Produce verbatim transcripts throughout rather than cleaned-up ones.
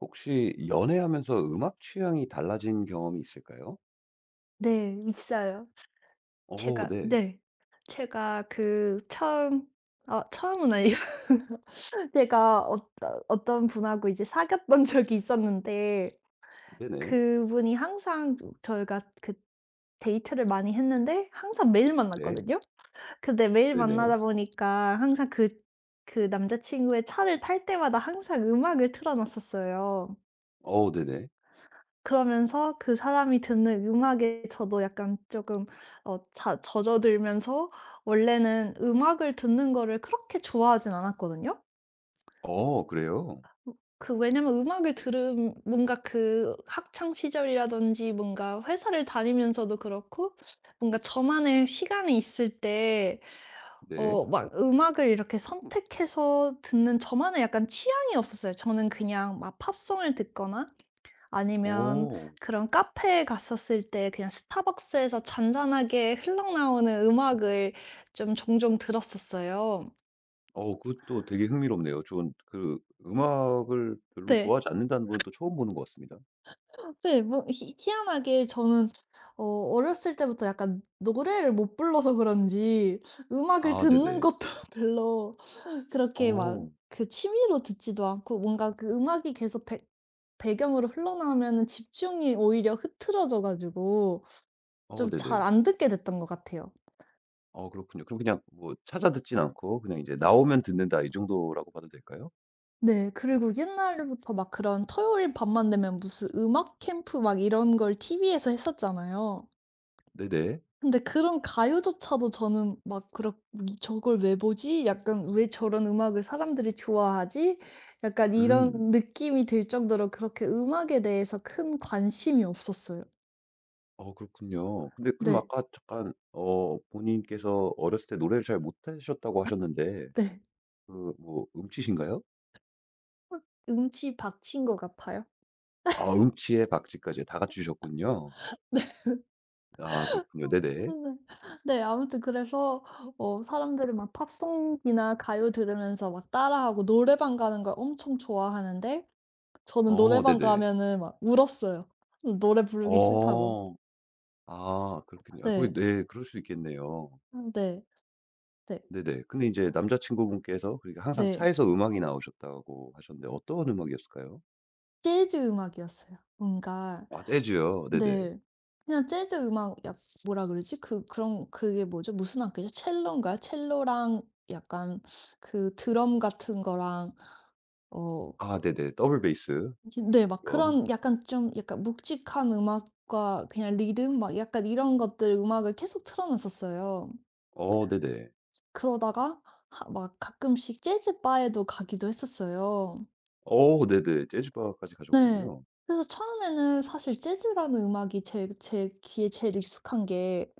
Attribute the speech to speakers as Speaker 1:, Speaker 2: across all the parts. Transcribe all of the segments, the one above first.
Speaker 1: 혹시 연애하면서 음악 취향이 달라진 경험이 있을까요?
Speaker 2: 네, 있어요.
Speaker 1: 어
Speaker 2: 제가
Speaker 1: 네.
Speaker 2: 네. 제가 그 처음, 아 처음은 아니고, 제가 어 어떤 분하고 이제 사귀었던 적이 있었는데,
Speaker 1: 네네.
Speaker 2: 그분이 항상 저 저희가 그 데이트를 많이 했는데 항상 매일
Speaker 1: 네.
Speaker 2: 만났거든요. 근데 매일
Speaker 1: 네네.
Speaker 2: 만나다 보니까 항상 그 그 남자 친구의 차를 탈 때마다 항상 음악을 틀어 놨었어요.
Speaker 1: 어 네네.
Speaker 2: 그러면서 그 사람이 듣는 음악에 저도 약간 조금 어 자 젖어들면서, 원래는 음악을 듣는 거를 그렇게 좋아하진 않았거든요.
Speaker 1: 어 그래요?
Speaker 2: 그 왜냐면 음악을 들음 뭔가 그 학창 시절이라든지 뭔가 회사를 다니면서도 그렇고, 뭔가 저만의 시간이 있을 때
Speaker 1: 네.
Speaker 2: 어 막 음악을 이렇게 선택해서 듣는 저만의 약간 취향이 없었어요. 저는 그냥 막 팝송을 듣거나 아니면
Speaker 1: 어.
Speaker 2: 그런 카페에 갔었을 때 그냥 스타벅스에서 잔잔하게 흘러나오는 음악을 좀 종종 들었었어요.
Speaker 1: 어 그것도 되게 흥미롭네요. 전 그 음악을 별로
Speaker 2: 네.
Speaker 1: 좋아하지 않는다는 분 또 처음 보는 것 같습니다.
Speaker 2: 네. 뭐 희 희한하게 저는 어 어렸을 때부터 약간 노래를 못 불러서 그런지 음악을
Speaker 1: 아
Speaker 2: 듣는
Speaker 1: 네네.
Speaker 2: 것도 별로 그렇게 막
Speaker 1: 어.
Speaker 2: 그 취미로 듣지도 않고, 뭔가 그 음악이 계속 배 배경으로 흘러나오면은 집중이 오히려 흐트러져 가지고
Speaker 1: 어
Speaker 2: 좀 잘
Speaker 1: 네네.
Speaker 2: 안 듣게 됐던 것 같아요.
Speaker 1: 어 그렇군요. 그럼 그냥 뭐 찾아 듣진 않고 그냥 이제 나오면 듣는다 이 정도라고 봐도 될까요?
Speaker 2: 네. 그리고 옛날부터 막 그런 토요일 밤만 되면 무슨 음악 캠프 막 이런 걸 티비 했었잖아요.
Speaker 1: 네네.
Speaker 2: 근데 그런 가요조차도 저는 막 그렇 저걸 왜 보지? 약간 왜 저런 음악을 사람들이 좋아하지? 약간 이런
Speaker 1: 음.
Speaker 2: 느낌이 들 정도로 그렇게 음악에 대해서 큰 관심이 없었어요.
Speaker 1: 어 그렇군요. 근데 그럼
Speaker 2: 네.
Speaker 1: 아까 잠깐 어 본인께서 어렸을 때 노래를 잘 못하셨다고 하셨는데
Speaker 2: 네.
Speaker 1: 그 뭐 음치신가요?
Speaker 2: 음치 박치인 것 같아요.
Speaker 1: 아 음치에 박치까지 다 갖추셨군요. 아 그렇군요. 네네.
Speaker 2: 네네. 네, 아무튼 그래서 어 사람들은 막 팝송이나 가요 들으면서 막 따라하고 노래방 가는 걸 엄청 좋아하는데, 저는
Speaker 1: 어
Speaker 2: 노래방
Speaker 1: 네네.
Speaker 2: 가면은 막 울었어요. 노래 부르기 싫다고.
Speaker 1: 어. 아 그렇군요. 아 거의
Speaker 2: 네.
Speaker 1: 네 그럴 수 있겠네요.
Speaker 2: 음, 네. 네.
Speaker 1: 네네. 근데 이제 남자친구분께서 그러니까 항상
Speaker 2: 네.
Speaker 1: 차에서 음악이 나오셨다고 하셨는데 어떤 음악이었을까요?
Speaker 2: 재즈 음악이었어요. 뭔가.
Speaker 1: 아 재즈요. 네네.
Speaker 2: 네. 그냥 재즈 음악 약 뭐라 그러지? 그 그런 그게 뭐죠? 무슨 악기죠? 첼로인가요? 첼로랑 약간 그 드럼 같은 거랑, 어
Speaker 1: 아 네네. 더블 베이스.
Speaker 2: 네. 막
Speaker 1: 그럼.
Speaker 2: 그런 약간 좀 약간 묵직한 음악과 그냥 리듬 막 약간 이런 것들 음악을 계속 틀어 놨었어요.
Speaker 1: 어 네네.
Speaker 2: 그러다가 하 막 가끔씩 재즈 바에도 가기도 했었어요.
Speaker 1: 어 네네. 재즈바까지
Speaker 2: 네.
Speaker 1: 가셨군요.
Speaker 2: 그래서 처음에는 사실 재즈라는 음악이 제 제 귀에 제일 익숙한 게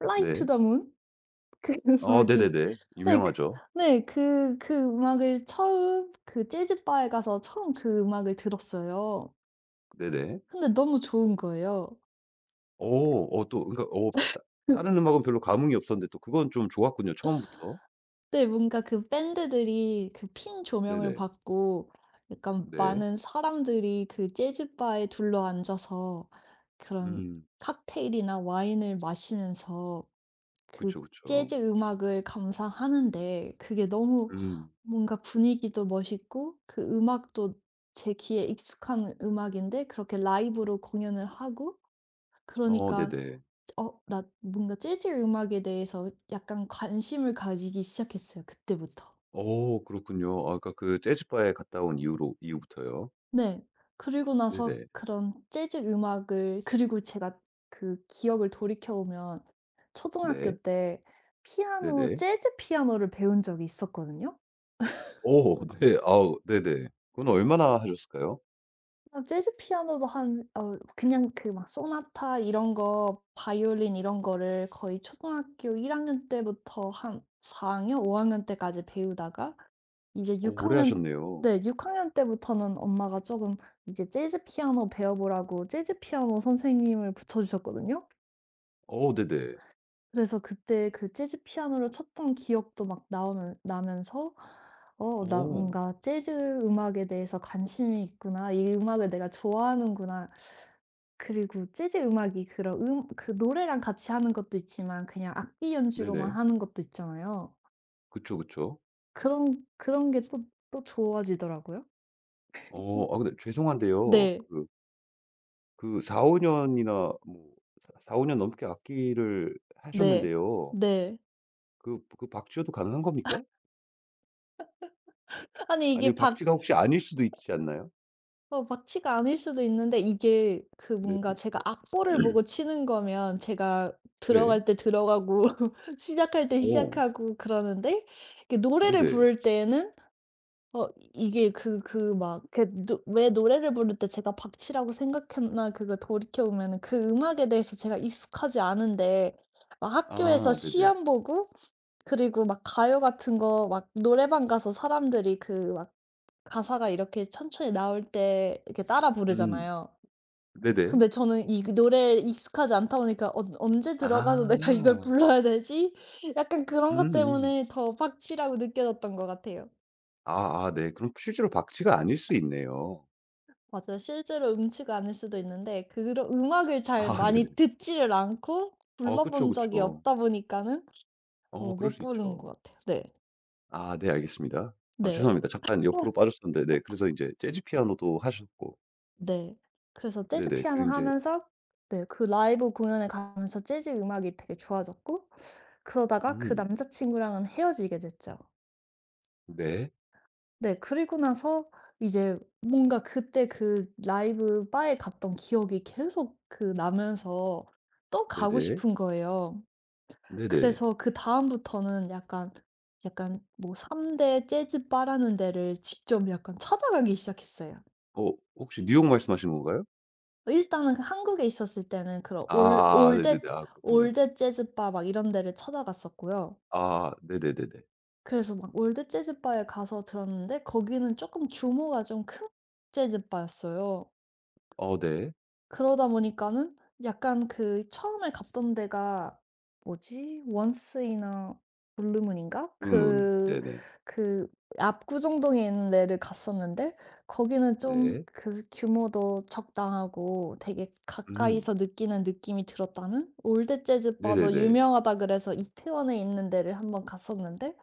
Speaker 2: Fly to
Speaker 1: 네.
Speaker 2: the Moon 그
Speaker 1: 어
Speaker 2: 음악이,
Speaker 1: 네네네.
Speaker 2: 네. 그,
Speaker 1: 유명하죠.
Speaker 2: 네. 그 그 음악을 처음 그 재즈 바에 가서 처음 그 음악을 들었어요.
Speaker 1: 네네.
Speaker 2: 근데 너무 좋은 거예요.
Speaker 1: 오 어 또 그러니까 어 따 다른 음악은 별로 감흥이 없었는데 또 그건 좀 좋았군요, 처음부터.
Speaker 2: 네, 뭔가 그 밴드들이 그 핀 조명을
Speaker 1: 네네.
Speaker 2: 받고 약간
Speaker 1: 네.
Speaker 2: 많은 사람들이 그 재즈 바에 둘러앉아서 그런
Speaker 1: 음.
Speaker 2: 칵테일이나 와인을 마시면서 그
Speaker 1: 그쵸, 그쵸.
Speaker 2: 재즈 음악을 감상하는데, 그게 너무
Speaker 1: 음.
Speaker 2: 뭔가 분위기도 멋있고 그 음악도 제 귀에 익숙한 음악인데 그렇게 라이브로 공연을 하고
Speaker 1: 어
Speaker 2: 그러니까
Speaker 1: 네네.
Speaker 2: 어 나 뭔가 재즈 음악에 대해서 약간 관심을 가지기 시작했어요, 그때부터.
Speaker 1: 오 그렇군요. 아까 그 재즈 바에 갔다 온 이후로 이후부터요?
Speaker 2: 네. 그리고 나서
Speaker 1: 네네.
Speaker 2: 그런 재즈 음악을, 그리고 제가 그 기억을 돌이켜 보면 초등학교
Speaker 1: 네.
Speaker 2: 때 피아노,
Speaker 1: 네네.
Speaker 2: 재즈 피아노를 배운 적이 있었거든요.
Speaker 1: 오, 네. 아우 네네. 그건 얼마나 하셨을까요?
Speaker 2: 아 재즈 피아노도, 한 어 그냥 그 막 소나타 이런 거 바이올린 이런 거를 거의 초등학교 일 학년 때부터 한 사 학년, 오 학년 때까지 배우다가 이제
Speaker 1: 오,
Speaker 2: 육
Speaker 1: 오래
Speaker 2: 학년,
Speaker 1: 하셨네요.
Speaker 2: 네 육 학년 때부터는 엄마가 쪼금 이제 재즈 피아노 배워보라고 재즈 피아노 선생님을 붙여 주셨거든요.
Speaker 1: 오 네네.
Speaker 2: 그래서 그때 그 재즈 피아노를 쳤던 기억도 막 나오면 나면서 어, 나
Speaker 1: 오
Speaker 2: 뭔가 재즈 음악에 대해서 관심이 있구나. 이 음악을 내가 좋아하는구나. 그리고 재즈 음악이 그런 음 그 노래랑 같이 하는 것도 있지만 그냥 악기 연주로만
Speaker 1: 네네.
Speaker 2: 하는 것도 있잖아요.
Speaker 1: 그쵸, 그쵸.
Speaker 2: 그런, 그런 게 또 또 좋아지더라고요.
Speaker 1: 어 아 근데 죄송한데요.
Speaker 2: 네.
Speaker 1: 그 그 사오 년이나 뭐 사오 년 넘게 악기를
Speaker 2: 네.
Speaker 1: 하셨는데요.
Speaker 2: 네.
Speaker 1: 그 그 박쥐여도 가능한 겁니까?
Speaker 2: 아니
Speaker 1: 아니면
Speaker 2: 이게
Speaker 1: 박
Speaker 2: 박
Speaker 1: 쥐가 혹시 아닐 수도 있지 않나요?
Speaker 2: 어 박치가 아닐 수도 있는데, 이게 그
Speaker 1: 네.
Speaker 2: 뭔가 제가 악보를 보고 치는 거면 제가
Speaker 1: 네.
Speaker 2: 들어갈 때 들어가고 시작할 때
Speaker 1: 어.
Speaker 2: 시작하고 그러는데, 이게 노래를
Speaker 1: 네네.
Speaker 2: 부를 때에는 어 이게 그 그 막 그 노 왜 노래를 부를 때 제가 박치라고 생각했나 그거 돌이켜 보면은, 그 음악에 대해서 제가 익숙하지 않은데 막 학교에서
Speaker 1: 아 네네.
Speaker 2: 시험 보고 그리고 막 가요 같은 거 막 노래방 가서 사람들이 그막 가사가 이렇게 천천히 나올 때 이렇게 따라
Speaker 1: 음.
Speaker 2: 부르잖아요.
Speaker 1: 네네.
Speaker 2: 근데 저는 이 그 노래에 익숙하지 않다 보니까 '언 언제 들어가서 내가 이걸
Speaker 1: 아.
Speaker 2: 불러야 되지? 약간 그런 것
Speaker 1: 음음.
Speaker 2: 때문에 더 박치라고 느껴졌던 것 같아요.
Speaker 1: 아 아 네. 그럼 실제로 박쥐가 아닐 수 있네요.
Speaker 2: 맞아요. 실제로 음치가 아닐 수도 있는데 그런 음악을 잘
Speaker 1: 아 네네.
Speaker 2: 많이 듣지를 않고
Speaker 1: 어
Speaker 2: 불러
Speaker 1: 그쵸,
Speaker 2: 본 적이
Speaker 1: 그쵸.
Speaker 2: 없다 보니까는
Speaker 1: 어
Speaker 2: 어
Speaker 1: 그럴
Speaker 2: 못
Speaker 1: 수
Speaker 2: 부르는
Speaker 1: 있죠.
Speaker 2: 것 같아요. 네.
Speaker 1: 아 네 알겠습니다. 아
Speaker 2: 네.
Speaker 1: 죄송합니다. 잠깐 옆으로 빠졌었는데 네 그래서 인제 재즈 피아노도 하셨고
Speaker 2: 네. 그래서 재즈
Speaker 1: 네네 그리고
Speaker 2: 피아노
Speaker 1: 인제
Speaker 2: 하면서, 네 그 라이브 공연에 가면서 재즈 음악이 되게 좋아졌고, 그러다가 그
Speaker 1: 음.
Speaker 2: 남자친구랑은 헤어지게 됐죠.
Speaker 1: 네.
Speaker 2: 네 그리고 나서 이제 뭔가 그때 그 라이브 바에 갔던 기억이 계속 그 나면서 또 가고
Speaker 1: 네네.
Speaker 2: 싶은 거예요.
Speaker 1: 네네.
Speaker 2: 그래서 그다음부터는 약간, 약간 뭐 삼 대 재즈 바라는 데를 직접 약간 찾아가기 시작했어요.
Speaker 1: 어 혹시 뉴욕 말씀하시는 건가요?
Speaker 2: 일단은 그 한국에 있었을 때는 그런 올
Speaker 1: 아 네네네.
Speaker 2: 올댓
Speaker 1: 아 그렇군요.
Speaker 2: 올댓 재즈 바 막 이런 데를 찾아갔었고요.
Speaker 1: 아 네네네네.
Speaker 2: 그래서 막 월드 재즈 바에 가서 들었는데 거기는 쪼끔 규모가 좀 큰 재즈 바였어요.
Speaker 1: 어 네.
Speaker 2: 그러다 보니까는 약간 그 처음에 갔던 데가 뭐지? 원스이나 블루문인가?
Speaker 1: 음음.
Speaker 2: 그
Speaker 1: 네네.
Speaker 2: 그 압구정동에 있는 데를 갔었는데 거기는 좀
Speaker 1: 네.
Speaker 2: 그 규모도 적당하고 되게
Speaker 1: 음.
Speaker 2: 가까이서 느끼는 느낌이 들었다면, 월드 재즈 바도
Speaker 1: 네네네.
Speaker 2: 유명하다 그래서 이태원에 있는 데를 한번 갔었는데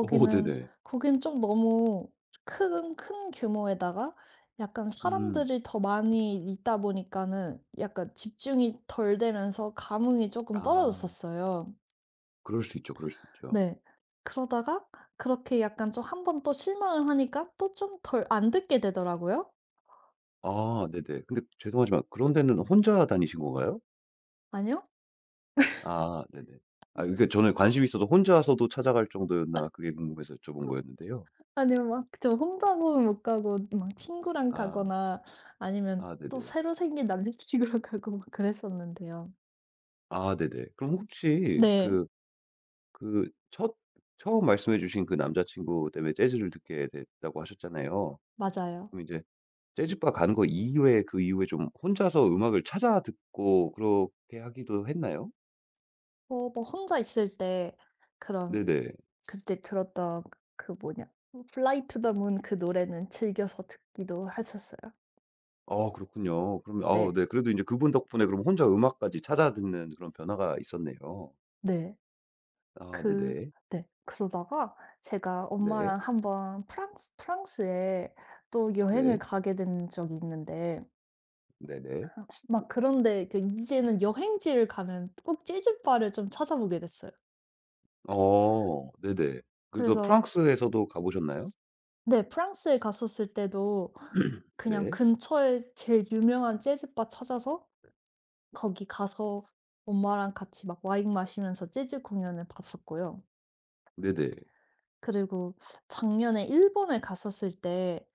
Speaker 1: 오 네네.
Speaker 2: 거긴 좀 너무 큰 큰 규모에다가 약간
Speaker 1: 음.
Speaker 2: 사람들이 더 많이 있다 보니까는 약간 집중이 덜 되면서 감흥이 조금
Speaker 1: 아
Speaker 2: 떨어졌었어요.
Speaker 1: 그럴 수 있죠, 그럴 수 있죠.
Speaker 2: 네. 그러다가 그렇게 약간 좀 한번 또 실망을 하니까 또 좀 덜 안 듣게 되더라고요.
Speaker 1: 아 네네. 근데 죄송하지만 그런 데는 혼자 다니신 건가요?
Speaker 2: 아니요.
Speaker 1: 아 네네. 아 그러니까 저는 관심이 있어서 혼자서도 찾아갈 정도였나 그게 궁금해서 여쭤본 거였는데요.
Speaker 2: 아니요, 막 저 혼자는 못 가고 막 친구랑
Speaker 1: 아.
Speaker 2: 가거나 아니면
Speaker 1: 아
Speaker 2: 또
Speaker 1: 네네.
Speaker 2: 새로 생긴 남자친구랑 가고 막 그랬었는데요.
Speaker 1: 아 네네. 그럼 혹시
Speaker 2: 네.
Speaker 1: 그 그 첫 처음 말씀해 주신 그 남자친구 때문에 재즈를 듣게 됐다고 하셨잖아요.
Speaker 2: 맞아요.
Speaker 1: 그럼 이제 재즈바 간 거 이후에 그 이후에 좀 혼자서 음악을 찾아 듣고 그렇게 하기도 했나요?
Speaker 2: 어 뭐 혼자 있을 때 그런,
Speaker 1: 네네.
Speaker 2: 그때 들었던 그 뭐냐, Fly to the Moon 그 노래는 즐겨서 듣기도 했었어요.
Speaker 1: 아 그렇군요. 그러면 아
Speaker 2: 네.
Speaker 1: 네 그래도 이제 그분 덕분에 그럼 혼자 음악까지 찾아 듣는 그런 변화가 있었네요.
Speaker 2: 네.
Speaker 1: 아
Speaker 2: 그,
Speaker 1: 네네.
Speaker 2: 네. 그러다가 제가
Speaker 1: 네.
Speaker 2: 엄마랑 한번 프랑스 프랑스에 또 여행을
Speaker 1: 네.
Speaker 2: 가게 된 적이 있는데,
Speaker 1: 네네.
Speaker 2: 막 그런데 이제 이제는 여행지를 가면 꼭 재즈 바를 좀 찾아보게 됐어요.
Speaker 1: 어 네네. 그래서
Speaker 2: 그래서
Speaker 1: 프랑스에서도 가 보셨나요?
Speaker 2: 네 프랑스에 갔었을 때도 그냥
Speaker 1: 네.
Speaker 2: 근처에 제일 유명한 재즈 바 찾아서 거기 가서 엄마랑 같이 막 와인 마시면서 재즈 공연을 봤었고요.
Speaker 1: 네네.
Speaker 2: 그리고 작년에 일본에 갔었을 때,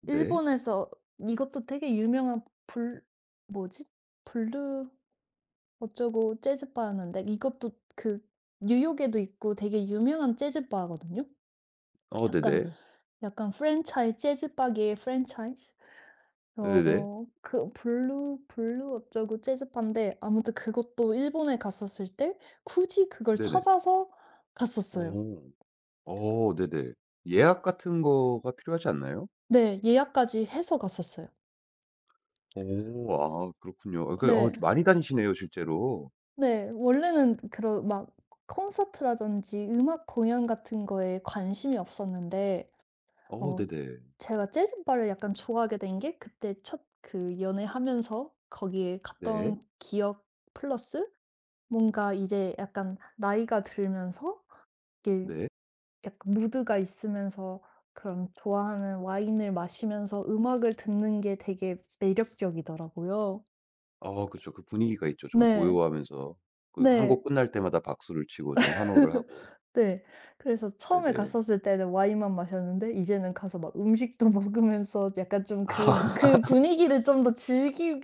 Speaker 1: 네.
Speaker 2: 일본에서 이것도 되게 유명한 블 뭐지? 블루 어쩌고 재즈 바였는데, 이것도 그 뉴욕에도 있고 되게 유명한 재즈 바거든요.
Speaker 1: 어
Speaker 2: 약간,
Speaker 1: 네네.
Speaker 2: 약간 프랜차이즈, 재즈 바계의 프랜차이즈?
Speaker 1: 네네.
Speaker 2: 어 그 블루 블루 어쩌고 재즈바인데, 아무튼 그것도 일본에 갔었을 때 굳이 그걸
Speaker 1: 네네.
Speaker 2: 찾아서 갔었어요.
Speaker 1: 오. 어 네네. 예약 같은 거가 필요하지 않나요?
Speaker 2: 네. 예약까지 해서 갔었어요.
Speaker 1: 오 아 그렇군요. 아 그 어
Speaker 2: 네.
Speaker 1: 많이 다니시네요 실제로.
Speaker 2: 네. 원래는 그런 막 콘서트라든지 음악 공연 같은 거에 관심이 없었는데
Speaker 1: 어
Speaker 2: 어
Speaker 1: 네네.
Speaker 2: 제가 재즈바를 약간 좋아하게 된 게 그때 첫 그 연애하면서 거기에
Speaker 1: 네.
Speaker 2: 갔던 기억 플러스 뭔가 이제 약간 나이가 들면서 이게
Speaker 1: 네.
Speaker 2: 약간 무드가 있으면서 그런 좋아하는 와인을 마시면서 음악을 듣는 게 되게 매력적이더라고요.
Speaker 1: 아 그쵸. 그 분위기가 있죠. 좀
Speaker 2: 네.
Speaker 1: 고요하면서 그 한
Speaker 2: 네.
Speaker 1: 곡 끝날 때마다 박수를 치고 좀 환호를 하고.
Speaker 2: 네. 그래서 처음에
Speaker 1: 네네.
Speaker 2: 갔었을 때는 와인만 마셨는데 이제는 가서 막 음식도 먹으면서 약간 좀 그
Speaker 1: 아
Speaker 2: 그 분위기를 좀 더 즐기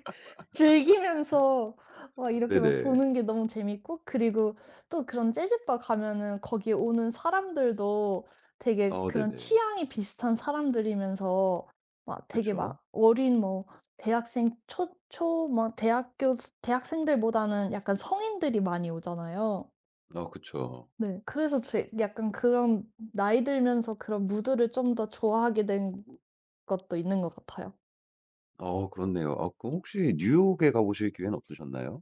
Speaker 2: 즐기면서 막 이렇게 막
Speaker 1: 네네.
Speaker 2: 보는 게 너무 재밌고, 그리고 또 그런 재즈바 가면은 거기에 오는 사람들도 되게
Speaker 1: 어
Speaker 2: 그런
Speaker 1: 네네.
Speaker 2: 취향이 비슷한 사람들이면서 막 되게
Speaker 1: 그쵸.
Speaker 2: 막 어린 뭐 대학생 초 초 뭐 대학교 대학생들보다는 약간 성인들이 많이 오잖아요.
Speaker 1: 어 그쵸.
Speaker 2: 네. 그래서 제 약간 그런 나이 들면서 그런 무드를 좀 더 좋아하게 된 것도 있는 것 같아요.
Speaker 1: 어 그렇네요. 아 그럼 혹시 뉴욕에 가보실 기회는 없으셨나요?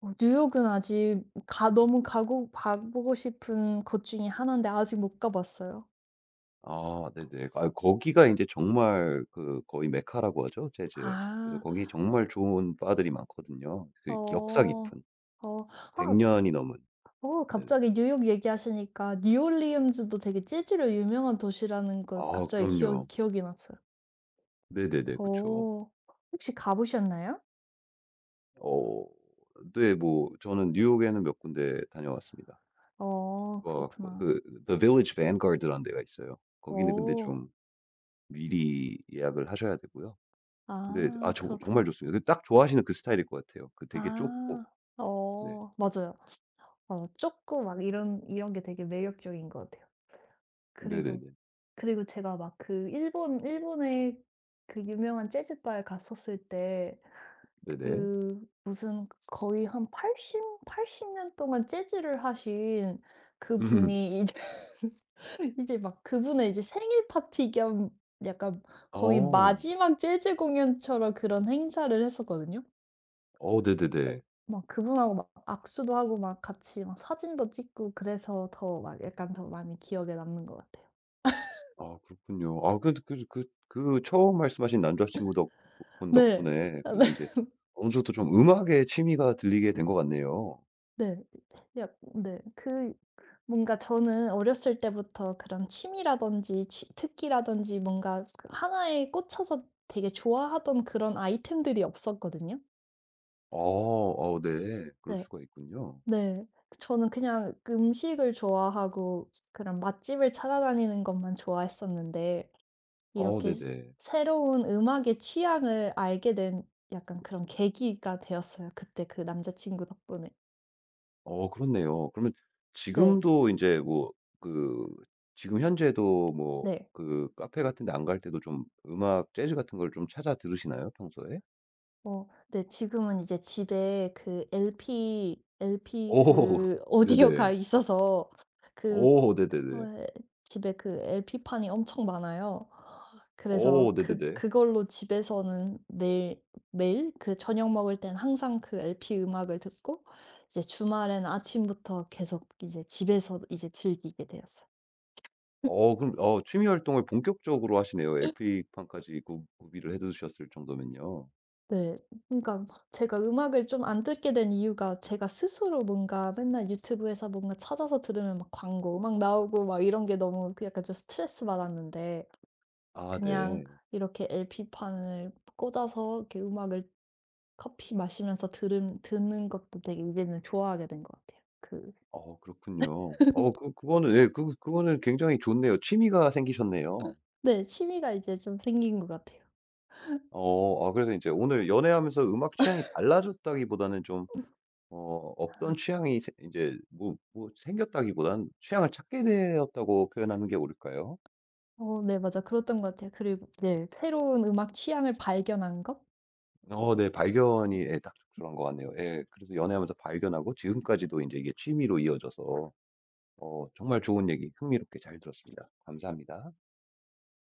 Speaker 2: 어 뉴욕은 아직 가 너무 가고 봐 보고 싶은 곳 중에 하나인데 아직 못 가 봤어요.
Speaker 1: 아 네네. 아 거기가 이제 정말 그 거의 메카라고 하죠, 재즈에 그래서
Speaker 2: 아.
Speaker 1: 거기 정말 좋은 바들이 많거든요. 그 역사
Speaker 2: 어.
Speaker 1: 깊은
Speaker 2: 어.
Speaker 1: 백
Speaker 2: 아
Speaker 1: 년이 넘은.
Speaker 2: 어
Speaker 1: 네네.
Speaker 2: 갑자기 뉴욕 얘기하시니까 뉴올리언즈도 되게 재즈로 유명한 도시라는 걸
Speaker 1: 아
Speaker 2: 갑자기
Speaker 1: 그럼요.
Speaker 2: 기억 기억이 났어요.
Speaker 1: 네네네. 그쵸.
Speaker 2: 어. 혹시 가 보셨나요?
Speaker 1: 어 네 뭐 저는 뉴욕에는 몇 군데 다녀왔습니다.
Speaker 2: 어
Speaker 1: 좋아 갖고
Speaker 2: 그렇구나.
Speaker 1: 그 The Village Vanguard라는 데가 있어요. 거기는 근데
Speaker 2: 어.
Speaker 1: 좀 미리 예약을 하셔야 되고요. 근데 아
Speaker 2: 아
Speaker 1: 저 정말
Speaker 2: 그렇구나.
Speaker 1: 좋습니다. 그 딱 좋아하시는 그 스타일일 것 같아요. 그 되게 좁고
Speaker 2: 아.
Speaker 1: 네.
Speaker 2: 어 맞아요. 어 쪼꼬 막 이런 이런 게 되게 매력적인 것 같아요. 그리고,
Speaker 1: 네네네.
Speaker 2: 그리고 제가 막 그 일본 일본의 그 유명한 재즈 바에 갔었을 때
Speaker 1: 네네.
Speaker 2: 그 무슨 거의 한 80 팔십 년 동안 재즈를 하신
Speaker 1: 음.
Speaker 2: 그분이 이제 이제 막 그분의 이제 생일 파티 겸 약간 거의
Speaker 1: 어.
Speaker 2: 마지막 재즈 공연처럼 그런 행사를 했었거든요.
Speaker 1: 어 네네네.
Speaker 2: 막 그분하고 막 악수도 하고 막 같이 막 사진도 찍고 그래서 더 막 약간 더 많이 기억에 남는 것 같아요.
Speaker 1: 아 그렇군요. 아 그래도 그 그 그 처음 말씀하신 남자친구 덕분
Speaker 2: 네.
Speaker 1: 덕분에
Speaker 2: 아 네.
Speaker 1: 그래도 인제 어느 정도 좀 음악에 취미가 들리게 된 것 같네요.
Speaker 2: 네. 약 네. 그 뭔가 저는 어렸을 때부터 그런 취미라든지 취 특기라든지 뭔가 그 하나에 꽂혀서 되게 좋아하던 그런 아이템들이 없었거든요.
Speaker 1: 어. 어 네. 그럴
Speaker 2: 네.
Speaker 1: 수가 있군요.
Speaker 2: 네. 저는 그냥 그 음식을 좋아하고 그런 맛집을 찾아다니는 것만 좋아했었는데
Speaker 1: 어
Speaker 2: 이렇게 스
Speaker 1: 네네.
Speaker 2: 새로운 음악의 취향을 알게 된 약간 그런 계기가 되었어요, 그때 그 남자 친구 덕분에.
Speaker 1: 어 그렇네요. 그러면
Speaker 2: 네.
Speaker 1: 지금도 인제 뭐 그 지금 현재도 뭐
Speaker 2: 네.
Speaker 1: 그 카페 같은 데 안 갈 때도 좀 음악 재즈 같은 걸 좀 찾아 들으시나요? 평소에?
Speaker 2: 어 네, 지금은 이제 집에 그 엘피 LP
Speaker 1: 어
Speaker 2: 그 오디오가
Speaker 1: 네네.
Speaker 2: 있어서 그
Speaker 1: 어 네네네.
Speaker 2: 왜 집에 그 엘피판이 엄청 많아요. 그래서
Speaker 1: 어
Speaker 2: 그
Speaker 1: 네네네.
Speaker 2: 그걸로 집에서는 매일, 매일 그 저녁 먹을 땐 항상 그 엘피 음악을 듣고, 이제 주말에는 아침부터 계속 이제 집에서 이제 즐기게 되었어요.
Speaker 1: 어 그럼 어 취미 활동을 본격적으로 하시네요. 엘피판까지 구 구비를 해 두셨을 정도면요.
Speaker 2: 네. 그러니까 제가 음악을 좀 안 듣게 된 이유가 제가 스스로 뭔가 맨날 유튜브에서 뭔가 찾아서 들으면 막 광고 막 나오고 막 이런 게 너무 그 약간 좀 스트레스 받았는데,
Speaker 1: 아
Speaker 2: 그냥
Speaker 1: 네.
Speaker 2: 이렇게 엘피판을 꽂아서 이렇게 음악을 커피 마시면서 들은 듣는 것도 되게 이제는 좋아하게 된 것 같아요. 그
Speaker 1: 어 그렇군요. 어 그 그거는 예 그 그거는 굉장히 좋네요. 취미가 생기셨네요.
Speaker 2: 네 취미가 이제 좀 생긴 것 같아요.
Speaker 1: 어 아 그래서 이제 오늘 연애하면서 음악 취향이 달라졌다기보다는 좀 어 없던 취향이 새제뭐 뭐 생겼다기보다는 취향을 찾게 되었다고 표현하는 게 옳을까요?
Speaker 2: 어 네 맞아. 그랬던 것 같아요. 그리고 네 새로운 음악 취향을 발견한 것?
Speaker 1: 어 네. 발견이 예 딱 그런 것 같네요. 예. 그래서 연애하면서 발견하고 지금까지도 이제 이게 취미로 이어져서 어 정말 좋은 얘기 흥미롭게 잘 들었습니다. 감사합니다.